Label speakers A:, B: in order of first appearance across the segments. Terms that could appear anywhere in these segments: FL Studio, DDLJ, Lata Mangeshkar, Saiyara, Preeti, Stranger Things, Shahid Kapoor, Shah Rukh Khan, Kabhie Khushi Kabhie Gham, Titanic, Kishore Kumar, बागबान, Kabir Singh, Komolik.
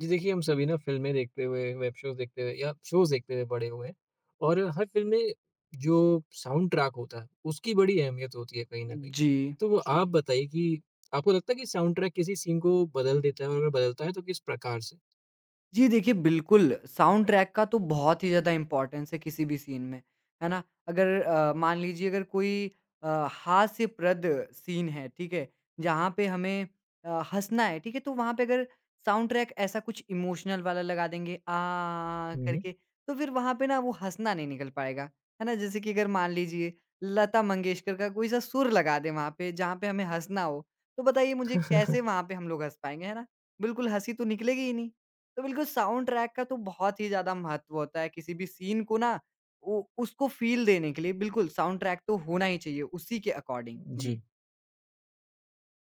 A: जी देखिए, हम सभी ना फ़िल्में देखते हुए, web shows देखते हुए या शोज़ देखते हुए बड़े हुए हैं और हर फ़िल्म में जो साउंड ट्रैक होता है, उसकी बड़ी अहमियत होती है कहीं न कहीं।
B: जी।
A: तो वो जी। आप बताइए कि आपको लगता है कि साउंड ट्रैक किसी सीन को बदल देता है और अगर बदलता है तो किस प्रकार से?
B: जी देखिए, बिल्कुल, साउंड ट्रैक का तो बहुत ही ज़्यादा इम्पोर्टेंस है किसी भी सीन में, है ना? अगर मान लीजिए अगर कोई हास्यप्रद सीन है, ठीक है? जहाँ पे हमें हँसना है, ठीक है? तो वहाँ पे अगर साउंड ट्रैक ऐसा कुछ इमोशनल वाला लगा देंगे, आ
A: हुँ, हुँ।
B: करके, तो फिर वहाँ पे ना वो हँसना नहीं निकल पाएगा, है ना? जैसे कि अगर मान लीजिए लता मंगेशकर का कोई-सा सुर लगा दें वहाँ पे, जहाँ पे हमें हँसना हो, तो बताइए मुझे कैसे वहाँ पे हम लोग हँस पाएँगे, है ना? बिल्कुल हँसी तो निकलेगी ही नहीं। तो बिल्कुल साउंड ट्रैक का तो बहुत ही ज़्यादा महत्व होता है किसी भी सीन को ना उ उसको फ़ील देने के लिए बिल्कुल साउंड ट्रैक तो होना ही चाहिए उसी के अकॉर्डिंग। जी।
A: जी,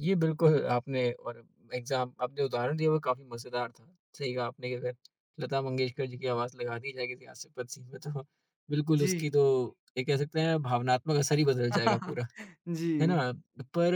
A: ये बिल्कुल आपने और एग्ज़ाम आपने उदाहरण दिया वो काफ़ी मज़ेदार था। सही कहा आपने कि अगर लता मंगेशकर जी की आवाज़ लगा दी जाए किसी आसिफ़ असीम में तो बिल्कुल
B: जी।
A: उसकी तो ये कह सकते हैं भावनात्मक असर ही बदल जाएगा पूरा। है
B: जी।
A: ना? पर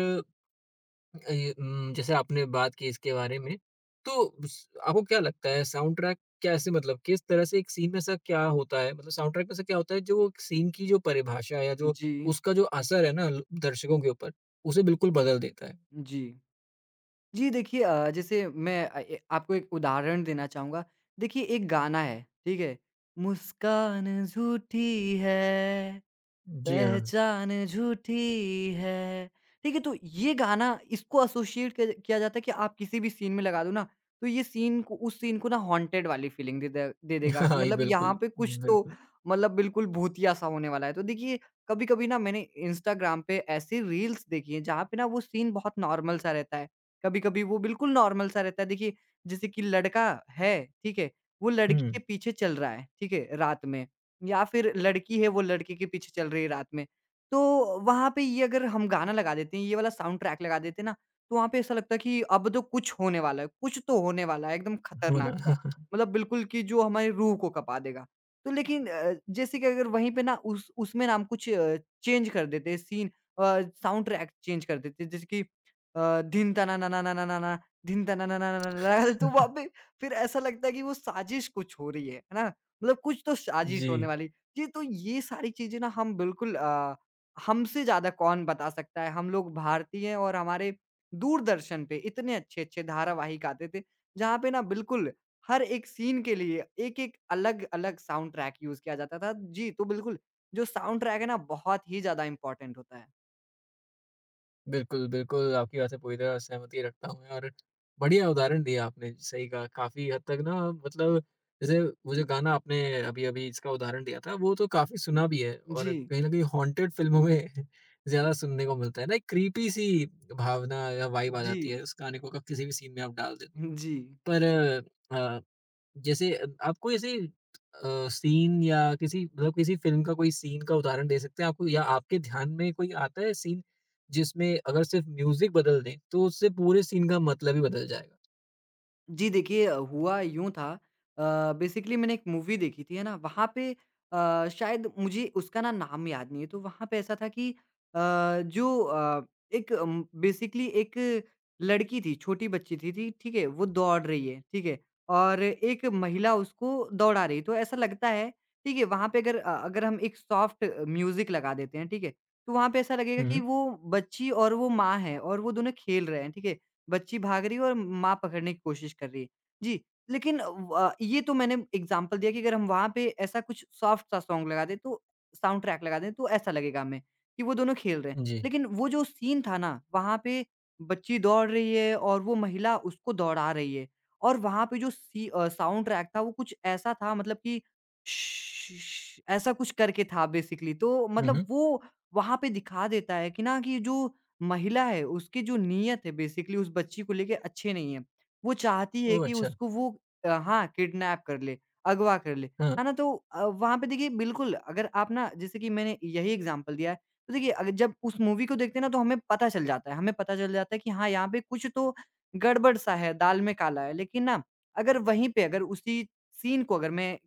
A: ये जैसे आपने बात की इसके बारे में, तो स आपको क्या लगता है साउंड ट्रैक कैसे मतलब किस तरह से एक सीन में ऐसा क्या होता है? मतलब साउंड ट्रैक में ऐसा क्या होता है जो एक सीन की जो परिभाषा या जो
B: जी,
A: उसका जो असर है ना ल दर्शकों के ऊपर, उसे बिल्कुल बदल देता है?
B: जी। जी, देखिए जैसे मैं अ, ए आपको एक उदाहरण देना चाहूँगा। देखिए एक गाना है, ठीक है? मुस्कान झूठी है
A: जी हाँ।
B: पहचान झूठी है। ठीक है, तो ये गाना इसको एसोसिएट किया किया जाता है कि आप किसी भी सीन में लगा दो ना, तो ये सीन को उस सीन को ना हॉन्टेड वाली फीलिंग दे दे दे देगा।
A: हाँ, ये
B: मतलब यहाँ
A: बिल्कुल,
B: पे कुछ तो
A: बिल्कुल।
B: मतलब बिल्कुल भूतिया सा होने वाला है। तो देखिए, कभी-कभी ना मैंने इंस्टाग्राम पे ऐसी रील्स देखी हैं, जहाँ पे ना वो सीन बहुत नॉर्मल सा रहता है। कभी-कभी वो बिल्कुल नॉर्मल सा रहता है। देखिए, जैसे कि लड़का है, ठीक है? वो लड़की के
A: हुँ,
B: पीछे चल रहा है, ठीक है? रात में। या फिर लड़की है वो लड़के के पीछे चल रही है रात में। तो वहाँ पे ये अगर हम गाना लगा देते हैं, ये वाला साउंड ट्रैक लगा देते हैं ना, तो वहाँ पे ऐसा लगता है कि अब तो कुछ होने वाला है, कुछ तो होने वाला है एकदम खतरनाक
A: होना।
B: सा। मतलब बिल्कुल कि जो हमारी रूह को कँपा देगा। तो लेकिन जैसे कि अगर वहीं पे ना उस उसमें ना हम कुछ चेंज कर देते हैं साउंड ट्रैक चेंज कर देते हैं जैसे कि धिन तना ना ना ना ना ना ना, धिन तना ना ना ना ना ना ना, तो वहाँ पे फिर ऐसा लगता है कि वो साज़िश कुछ हो रही है। है ना? मतलब कुछ तो साजिश
A: जी।
B: होने वाली जी, तो ये सारी चीज़ें ना हम बिल्कुल हमसे ज़्यादा कौन बता सकता है। हम लोग भारतीय हैं और हमारे दूरदर्शन पे इतने अच्छे-अच्छे धारावाहिक आते थे, जहाँ पे ना बिल्कुल हर एक सीन के लिए एक-एक अलग-अलग साउंड ट्रैक यूज़ किया जाता था। जी, तो बिल्कुल जो साउंड ट्रैक है ना बहुत ही ज़्यादा इम्पोर्टेंट होता है।
A: बिल्कुल, बिल्कुल, आपकी बात से पूरी तरह सहमति रखता हूँ मैं और बढ़िया उदाहरण दिया आपने, सही कहा, काफ़ी हद तक ना मतलब जैसे वो जो गाना आपने अभी-अभी इसका उदाहरण दिया था, वो तो काफ़ी सुना भी है और
B: जी,
A: कहीं न कहीं हॉन्टेड फ़िल्मों में ज़्यादा सुनने को मिलता है ना, एक क्रीपी सी भावना या वाइब आ
B: जी,
A: जाती है उस गाने को अगर किसी भी सीन में आप डाल दें तो।
B: जी।
A: पर अ जैसे आप कोई ऐसे सीन या किसी मतलब किसी फ़िल्म का कोई सीन का उदाहरण दे सकते हैं? आपको या आपके ध्यान में कोई आता है सीन, जिसमें अगर सिर्फ़ म्यूज़िक बदल दें, तो उससे पूरे सीन का मतलब ही बदल जाएगा?
B: जी देखिए, हुआ यूँ था बेसिकली मैंने एक मूवी देखी थी, है ना? वहाँ पे शायद मुझे उसका ना नाम याद नहीं है, तो वहाँ पे ऐसा था कि जो एक बेसिकली एक लड़की थी, छोटी बच्ची थी ठीक है? वो दौड़ रही है, ठीक है? और एक महिला उसको दौड़ा रही है, तो ऐसा लगता है, ठीक है? वहाँ पे अगर हम एक सॉफ्ट म्यूज़िक लगा देते हैं, ठीक है? तो वहाँ पे ऐसा लगेगा
A: हुँ,
B: कि
A: हुँ।
B: वो बच्ची और वो माँ है और वो दोनों खेल रहे हैं, ठीक है? बच्ची भाग रही है और माँ पकड़ने की कोशिश कर रही है। जी, लेकिन व ये तो मैंने एग्ज़ाम्पल दिया कि अगर हम वहाँ पे ऐसा कुछ सॉफ्ट सा सॉन्ग लगा दें तो साउंड ट्रैक लगा दें तो ऐसा लगेगा हमें कि वो दोनों खेल रहे हैं।
A: जी।
B: लेकिन वो जो सीन था ना, वहाँ पे बच्ची दौड़ रही है और वो महिला उसको दौड़ा रही है और वहाँ पे जो साउंड ट्रैक था वो कुछ ऐसा था मतलब कि ऐसा कुछ करके था बेसिकली। तो
A: हुँ,
B: मतलब
A: हुँ।
B: वो वहाँ पे दिखा देता है कि ना कि जो महिला है, उसकी जो नीयत है बेसिकली उस बच्ची को लेके अच्छी नहीं है। वो चाहती है
A: ओह!
B: कि
A: अच्छा।
B: उसको वो हाँ, किडनैप कर ले, अगवा कर ले,
A: हाँ,
B: है ना? तो वहाँ पे देखिए बिल्कुल अगर आप ना जैसे कि मैंने यही एग्ज़ाम्पल दिया है, तो देखिए अगर जब उस मूवी को देखते हैं ना तो हमें पता चल जाता है, हमें पता चल जाता है कि हाँ, यहाँ पे कुछ तो गड़बड़ सा है, दाल में काला है। लेकिन ना अगर वहीं पे अगर उसी सीन को अगर मैं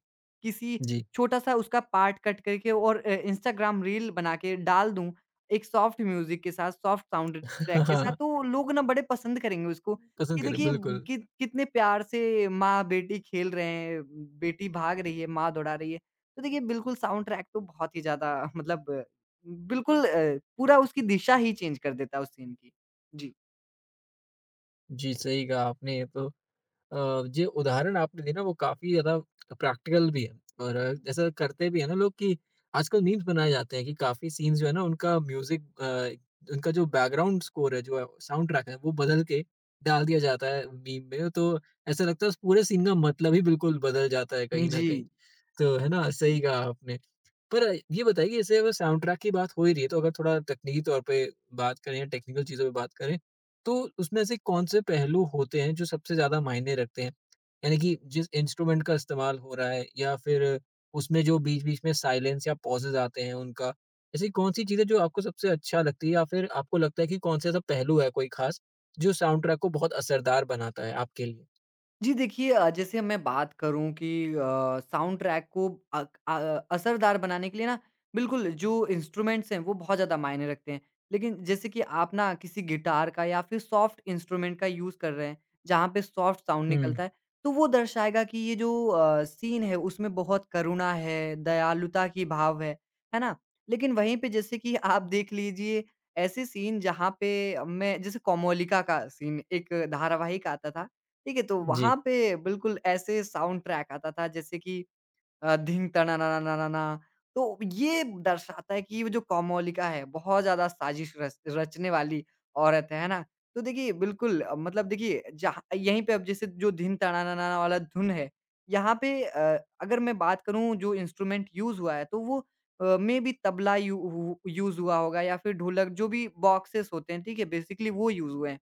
B: किसी
A: जी।
B: छोटा-सा उसका पार्ट कट करके और इंस्टाग्राम रील बना के डाल दूँ एक सॉफ्ट म्यूज़िक के साथ, सॉफ्ट साउंड ट्रैक के साथ,
A: हाँ,
B: तो लोग ना बड़े पसंद करेंगे उसको
A: पसंद
B: कि
A: करें,
B: देखिए
A: बिल्कुल।
B: कि कितने प्यार से माँ-बेटी खेल रहे हैं, बेटी भाग रही है, माँ दौड़ा रही है। तो देखिए बिल्कुल साउंड ट्रैक तो बहुत ही ज़्यादा मतलब बिल्कुल पूरा उसकी दिशा ही चेंज कर देता है उस सीन की। जी।
A: जी, सही कहा आपने ये तो। अ, जो उदाहरण आपने दिया ना वो काफ़ी ज़्यादा प्रैक्टिकल भी है और ऐसा करते भी है ना लोग कि आजकल मीम्स बनाए जाते हैं कि काफ़ी सीन्स जो है ना उनका म्यूज़िक, उनका जो बैकग्राउंड स्कोर है जो साउंड ट्रैक है वो बदल के डाल दिया जाता है मीम में। तो ऐसा लगता है उस पूरे सीन का मतलब ही बिल्कुल बदल जाता है कहीं ना
B: जी।
A: कहीं। तो है ना, सही कहा आपने। पर ये बताइए कि जैसे अगर साउंड ट्रैक की बात हो ही रही है तो अगर थोड़ा तकनीकी तौर पे बात करें या टेक्निकल चीज़ों पे बात करें, तो उसमें ऐसे कौन से पहलू होते हैं जो सबसे ज़्यादा मायने रखते हैं? यानी कि जिस इंस्ट्रूमेंट का इस्तेमाल हो रहा है या फिर उसमें जो बीच-बीच में साइलेंस या पॉजेज़ आते हैं उनका, ऐसी कौन-सी चीज़ें जो आपको सबसे अच्छा लगती है या फिर आपको लगता है कि कौन-सा ऐसा पहलू है कोई ख़ास, जो साउंड ट्रैक को बहुत असरदार बनाता है आपके लिए?
B: जी देखिए जैसे मैं बात करूँ कि अ, साउंड ट्रैक को अ, असरदार बनाने के लिए ना बिल्कुल जो इंस्ट्रूमेंट्स हैं वो बहुत ज़्यादा मायने रखते हैं। लेकिन जैसे कि आप ना किसी गिटार का या फिर सॉफ्ट इंस्ट्रूमेंट का यूज़ कर रहे हैं, जहाँ पे सॉफ्ट साउंड
A: हुँ,
B: निकलता है, तो वो दर्शाएगा कि ये जो सीन है उसमें बहुत करुणा है, दयालुता की भाव है ना? लेकिन वहीं पे जैसे कि आप देख लीजिए ऐसे सीन जहाँ पे मैं जैसे कोमोलिका का सीन एक धारावाहिक आता था ठीक है, तो
A: जी।
B: वहाँ पे बिल्कुल ऐसे साउंड ट्रैक आता था जैसे कि धिंग तनानानानाना तो ये दर्शाता है कि वो जो कोमोलिका है बहुत ज़्यादा साजिश रच रचने वाली औरत है ना? तो देखिए बिल्कुल मतलब देखिए जहाँ यहीं पे अब जैसे जो धिन तनानाना वाला धुन है, यहाँ पे अगर मैं बात करूँ जो इंस्ट्रूमेंट यूज़ हुआ है तो वो मेबी तबला यू हु यूज़ हुआ होगा या फिर ढोलक जो भी बॉक्सेस होते हैं, ठीक है? बेसिकली वो यूज़ हुए हैं।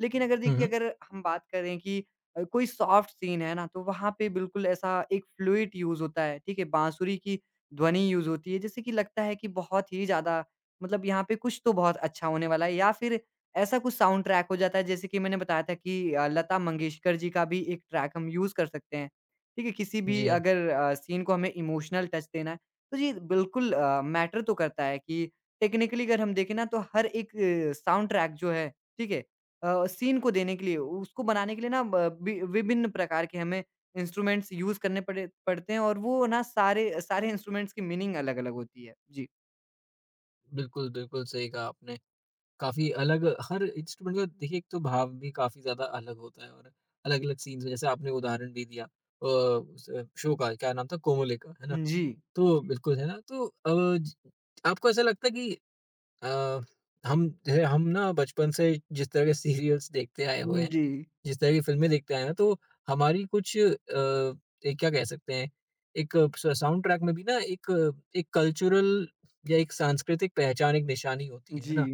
B: लेकिन अगर
A: हुँ,
B: देखिए
A: हुँ।
B: अगर हम बात करें कि कोई सॉफ्ट सीन है ना, तो वहाँ पे बिल्कुल ऐसा एक फ्लूइड यूज़ होता है, ठीक है? बाँसुरी की ध्वनि यूज़ होती है जिससे कि लगता है कि बहुत ही ज़्यादा मतलब यहाँ पे कुछ तो बहुत अच्छा होने वाला है या फिर ऐसा कुछ साउंड ट्रैक हो जाता है जैसे कि मैंने बताया था कि लता मंगेशकर जी का भी एक ट्रैक हम यूज़ कर सकते हैं, ठीक है? किसी भी
A: जी हाँ,
B: अगर सीन को हमें इमोशनल टच देना है, तो ये बिल्कुल मैटर तो करता है कि टेक्निकली अगर हम देखें ना तो हर एक साउंड ट्रैक जो है, ठीक है? सीन को देने के लिए, उसको बनाने के लिए ना ब वि विभिन्न प्रकार के हमें इंस्ट्रूमेंट्स यूज़ करने पड़े पड़ते हैं और वो ना सारे सारे इंस्ट्रूमेंट्स की मीनिंग अलग-अलग होती है। जी।
A: बिल्कुल, बिल्कुल सही कहा आपने। काफ़ी अलग हर इंस्ट्रूमेंट का देखिए एक तो भाव भी काफ़ी ज़्यादा अलग होता है और अलग-अलग सीन्स में जैसे आपने उदाहरण भी दिया उस शो का क्या नाम था कोमोले का, है ना?
B: जी।
A: तो जी। बिल्कुल है ना, तो ज आपको ऐसा लगता है कि अ, हम जो है हम ना बचपन से जिस तरह के सीरियल्स देखते आए हुए
B: हुँ,
A: हैं,
B: जी।
A: जिस तरह की फ़िल्में देखते आए हैं तो हमारी कुछ एक क्या कह सकते हैं एक स साउंड ट्रैक में भी ना एक एक कल्चरल या एक सांस्कृतिक पहचान, एक निशानी होती है
B: जी।
A: ना?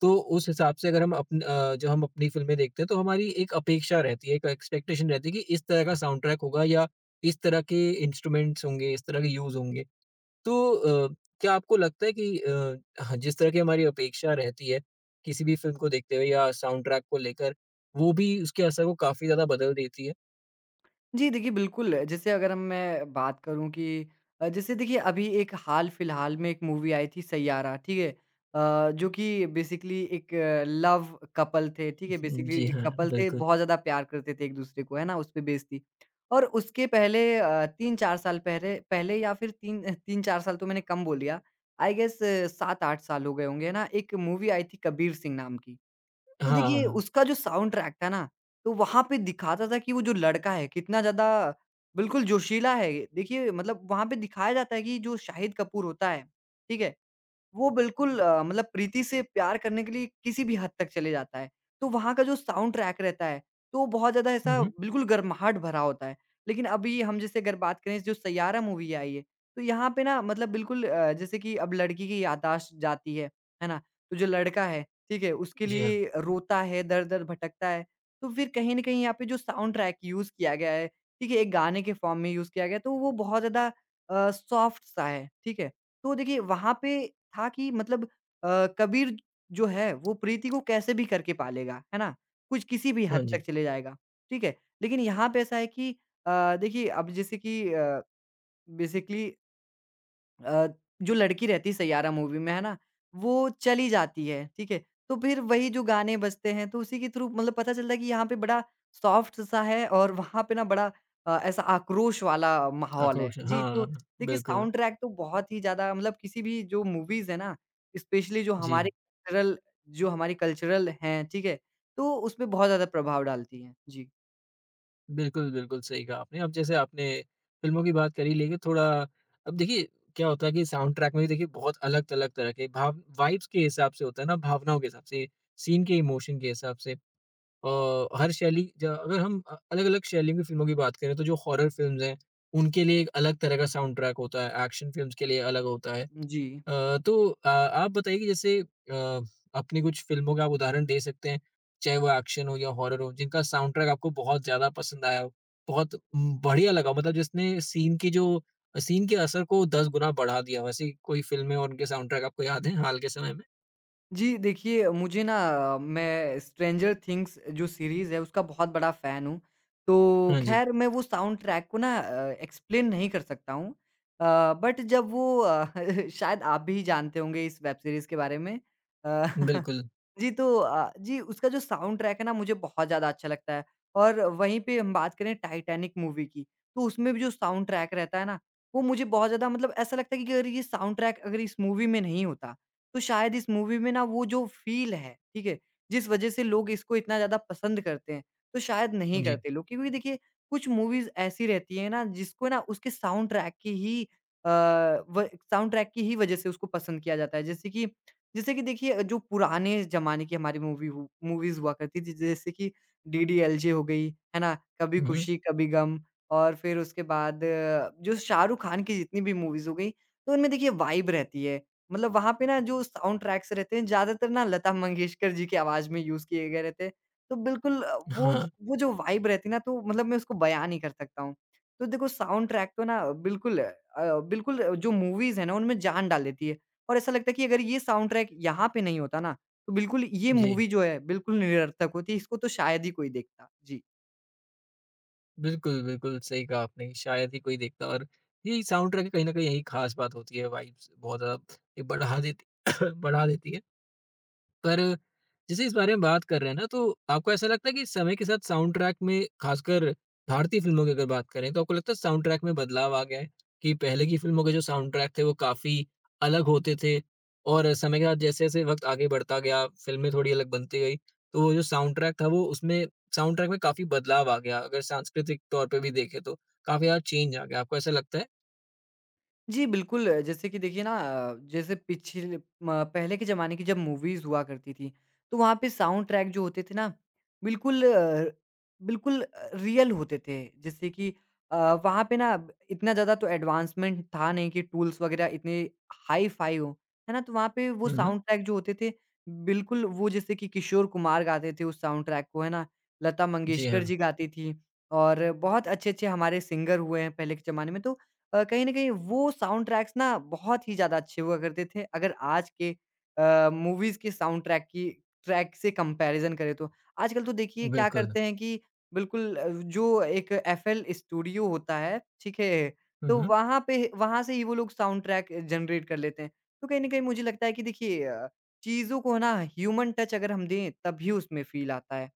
A: तो उस हिसाब से अगर हम जो हम अपनी फ़िल्में देखते हैं तो हमारी एक अपेक्षा रहती है, एक एक्सपेक्टेशन रहती है कि इस तरह का साउंड ट्रैक होगा या इस तरह के इंस्ट्रूमेंट्स होंगे, इस तरह के यूज़ होंगे। तो क्या आपको लगता है कि हाँ, जिस तरह की हमारी अपेक्षा रहती है, किसी भी फ़िल्म को देखते हुए या साउंड ट्रैक को लेकर, वो भी उसके असर को काफ़ी ज़्यादा बदल देती है?
B: जी, देखिए बिल्कुल, जैसे अगर हम मैं बात करूँ कि जैसे देखिए अभी एक हाल-फिलहाल में एक मूवी आई थी सैयारा, ठीक है? जो कि बेसिकली एक लव कपल थे, ठीक है?
A: हुँ,
B: बेसिकली
A: जी
B: एक
A: हाँ,
B: कपल थे,
A: बिल्कुल।
B: बहुत ज़्यादा प्यार करते थे एक-दूसरे को, है ना? उस पे बेस्ड थी और उसके पहले 3-4 साल पहले पहले या फिर 3-4 साल तो मैंने कम बोल दिया, आई गेस 7-8 साल हो गए होंगे, है ना? एक मूवी आई थी कबीर सिंह नाम की।
A: हाँ,
B: तो
A: हाँ,
B: देखिए
A: हाँ।
B: उसका जो साउंड ट्रैक था ना, तो वहाँ पे दिखाता था कि वो जो लड़का है कितना ज़्यादा बिल्कुल जोशीला है। देखिए मतलब वहाँ पे दिखाया जाता है कि जो शाहिद कपूर होता है, ठीक है? वो बिल्कुल मतलब प्रीति से प्यार करने के लिए किसी भी हद तक चले जाता है। तो वहाँ का जो साउंड ट्रैक रहता है, तो वो बहुत ज़्यादा
A: हुँ,
B: ऐसा
A: हुँ।
B: बिल्कुल गर्माहट भरा होता है। लेकिन अभी हम जैसे अगर बात करें जो सैयारा मूवी आई है, तो यहाँ पे ना मतलब बिल्कुल जैसे कि अब लड़की की याददाश्त जाती है ना? तो जो लड़का है, ठीक है? उसके
A: जी हाँ।
B: लिए रोता है, दर-दर भटकता है। तो फिर कहीं न कहीं यहाँ पे जो साउंड ट्रैक यूज़ किया गया है, ठीक है? एक गाने के फॉर्म में यूज़ किया गया है, तो वो बहुत ज़्यादा सॉफ्ट सा है, ठीक है? तो देखिए वहाँ पे था कि मतलब अ, कबीर जो है वो प्रीति को कैसे भी करके पालेगा, है ना? कुछ किसी भी हद
A: हाँ
B: तक
A: जी,
B: चले जाएगा, ठीक है? लेकिन यहाँ पे ऐसा है कि देखिए अब जैसे कि बेसिकली अ, जो लड़की रहती है सैयारा मूवी में, है ना? वो चली जाती है, ठीक है? तो फिर वही जो गाने बजते हैं, तो उसी के थ्रू मतलब पता चलता है कि यहाँ पे बड़ा सॉफ्ट-सा है और वहाँ पे ना बड़ा ऐसा आक्रोश वाला माहौल है।
A: आक्रोश।
B: जी, तो
A: हाँ,
B: देखिए
A: बिल्कुल।
B: साउंड ट्रैक तो बहुत ही ज़्यादा मतलब किसी भी जो मूवीज़ है ना, स्पेशली
A: जी।
B: जो हमारी कल्चरल हैं, ठीक है? तो उसपे बहुत ज़्यादा प्रभाव डालती हैं। जी।
A: बिल्कुल, बिल्कुल, सही कहा आपने। अब जैसे आपने फ़िल्मों की बात करी लेकिन थोड़ा अब देखिए क्या होता है कि साउंड ट्रैक में भी देखिए बहुत अलग-अलग तरह के भाव वाइब्स के हिसाब से होता है ना, भावनाओं के हिसाब से, सीन के इमोशन के हिसाब से। हर शैली ज अगर हम अलग-अलग शैलियों की फ़िल्मों की बात करें तो जो हॉरर फ़िल्म्स हैं, उनके लिए एक अलग तरह का साउंड ट्रैक होता है, एक्शन फ़िल्म्स के लिए अलग होता है।
B: जी।
A: तो आप बताइए कि जैसे अपनी कुछ फ़िल्मों का आप उदाहरण दे सकते हैं, चाहे वो एक्शन हो या हॉरर हो, जिनका साउंड ट्रैक आपको बहुत ज़्यादा पसंद आया हो, बहुत बढ़िया लगा हो, मतलब जिसने सीन की जो सीन के असर को 10 गुना बढ़ा दिया हो, ऐसी कोई फ़िल्में और उनके साउंड ट्रैक आपको याद हैं हाल के समय में?
B: जी, देखिए मुझे ना मैं स्ट्रेंजर थिंग्स जो सीरीज़ है उसका बहुत बड़ा फ़ैन हूँ। तो
A: हाँ जी,
B: खैर मैं वो साउंड ट्रैक को ना एक्सप्लेन नहीं कर सकता हूँ। बट जब वो शायद आप भी जानते होंगे इस वेब सीरीज़ के बारे में। अ
A: बिल्कुल।
B: जी, तो जी उसका जो साउंड ट्रैक है ना मुझे बहुत ज़्यादा अच्छा लगता है। और वहीं पे हम बात करें टाइटैनिक मूवी की, तो उसमें भी जो साउंड ट्रैक रहता है ना, वो मुझे बहुत ज़्यादा मतलब ऐसा लगता है कि अगर ये साउंड ट्रैक अगर इस मूवी में नहीं होता, तो शायद इस मूवी में ना वो जो फ़ील है, ठीक है? जिस वज़ह से लोग इसको इतना ज़्यादा पसंद करते हैं, तो शायद नहीं
A: जी।
B: करते लोग। क्योंकि देखिए कुछ मूवीज़ ऐसी रहती हैं ना जिसको ना उसके साउंड ट्रैक की ही अ, व साउंड ट्रैक की ही वज़ह से उसको पसंद किया जाता है। जैसे कि देखिए जो पुराने ज़माने की हमारी मूवीज़ हुआ करती थी जैसे कि डीडीएलजे हो गई, है ना? कभी
A: हुँ,
B: खुशी कभी गम और फिर उसके बाद जो शाहरुख खान की जितनी भी मूवीज़ हो गई, तो उनमें देखिए वाइब रहती है। मतलब वहाँ पे ना जो साउंड ट्रैक्स रहते हैं ज़्यादातर ना लता मंगेशकर जी की आवाज़ में यूज़ किए गए रहते हैं। तो बिल्कुल
A: हाँ,
B: वो जो वाइब रहती है ना तो मतलब मैं उसको बयाँ नहीं कर सकता हूँ। तो देखो साउंड ट्रैक तो ना बिल्कुल जो मूवीज़ है ना उनमें जान डाल देती है। और ऐसा लगता है कि अगर ये साउंड ट्रैक यहाँ पे नहीं होता ना, तो बिल्कुल ये
A: जी।
B: मूवी जो है, बिल्कुल निरर्थक होती। इसको तो शायद ही कोई देखता। जी।
A: बिल्कुल, बिल्कुल, सही कहा आपने, शायद ही कोई देखता और यही साउंड ट्रैक की कहीं न कहीं यही ख़ास बात होती है, वाइब्स बहुत ज़्यादा ये बढ़ा देती बढ़ा देती है। पर जैसे इस बारे में बात कर रहे हैं ना, तो आपको ऐसा लगता है कि समय के साथ साउंड ट्रैक में खासकर भारतीय फ़िल्मों की अगर बात करें, तो आपको लगता है साउंड ट्रैक में बदलाव आ गया है? कि पहले की फ़िल्मों के जो साउंड ट्रैक थे, वो काफ़ी अलग होते थे और समय के साथ जैसे-जैसे वक़्त आगे बढ़ता गया, फ़िल्में थोड़ी अलग बनती गई, तो वो जो साउंड ट्रैक था, वो उसमें साउंड ट्रैक में काफ़ी बदलाव आ गया, अगर सांस्कृतिक तौर पे भी देखें तो, काफ़ी ज़्यादा चेंज आ गया। आपको ऐसा लगता है?
B: जी, बिल्कुल। जैसे कि देखिए ना जैसे पिछले म पहले के ज़माने की जब मूवीज़ हुआ करती थी, तो वहाँ पे साउंड ट्रैक जो होते थे ना, बिल्कुल अ, बिल्कुल रियल होते थे। जैसे कि अ, वहाँ पे ना अब इतना ज़्यादा तो एडवांसमेंट था नहीं कि टूल्स वग़ैरह इतने हाई-फाई हों, है ना? तो वहाँ पे वो
A: हुँ, हुँ।
B: साउंड ट्रैक जो होते थे, बिल्कुल वो जैसे कि किशोर कुमार गाते थे उस साउंड ट्रैक को, है ना? लता
A: जी
B: मंगेशकर
A: हाँ,
B: जी गाती थीं और बहुत अच्छे-अच्छे हमारे सिंगर हुए हैं पहले के ज़माने में। तो कहीं न कहीं वो साउंड ट्रैक्स ना बहुत ही ज़्यादा अच्छे हुआ करते थे। अगर आज के मूवीज़ के साउंड ट्रैक की ट्रैक से कंपैरिज़न करें तो। आजकल तो देखिए क्या
A: बिल्कुल।
B: करते हैं कि जो एक एफएल स्टूडियो होता है, ठीक है?
A: हुँ,
B: तो
A: हुँ।
B: वहाँ से ही वो लोग साउंड ट्रैक जनरेट कर लेते हैं। तो कहीं न कहीं मुझे लगता है कि देखिए चीज़ों को ना ह्यूमन टच अगर हम दें तभी उसमें फ़ील आता है।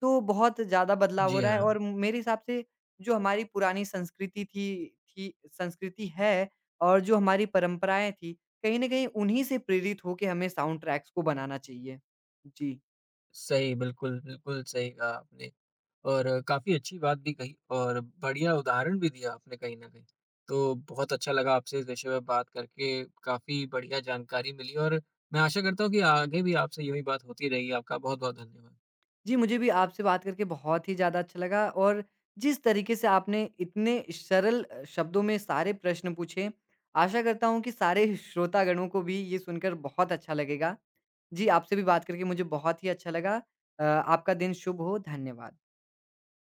B: तो बहुत ज़्यादा बदलाव हो
A: जी
B: रहा है
A: हाँ,
B: और मेरे हिसाब से जो हमारी पुरानी संस्कृति थी संस्कृति है और जो हमारी परंपराएँ थी, कहीं न कहीं उन्हीं से प्रेरित होके हमें साउंड ट्रैक्स को बनाना चाहिए। जी।
A: सही बिल्कुल, बिल्कुल सही कहा आपने। और काफ़ी अच्छी बात भी कही और बढ़िया उदाहरण भी दिया आपने कहीं न कहीं। तो बहुत अच्छा लगा आपसे इस विषय पे बात करके, काफ़ी बढ़िया जानकारी मिली और मैं आशा करता हूँ कि आगे भी आपसे यूँ ही बात होती रहेगी। आपका बहुत-बहुत धन्यवाद।
B: जी, मुझे भी आपसे बात करके बहुत ही ज़्यादा अच्छा लगा और जिस तरीके से आपने इतने सरल शब्दों में सारे प्रश्न पूछे, आशा करता हूँ कि सारे श्रोतागणों को भी ये सुनकर बहुत अच्छा लगेगा। जी, आपसे भी बात करके मुझे बहुत ही अच्छा लगा। आपका दिन शुभ हो। धन्यवाद।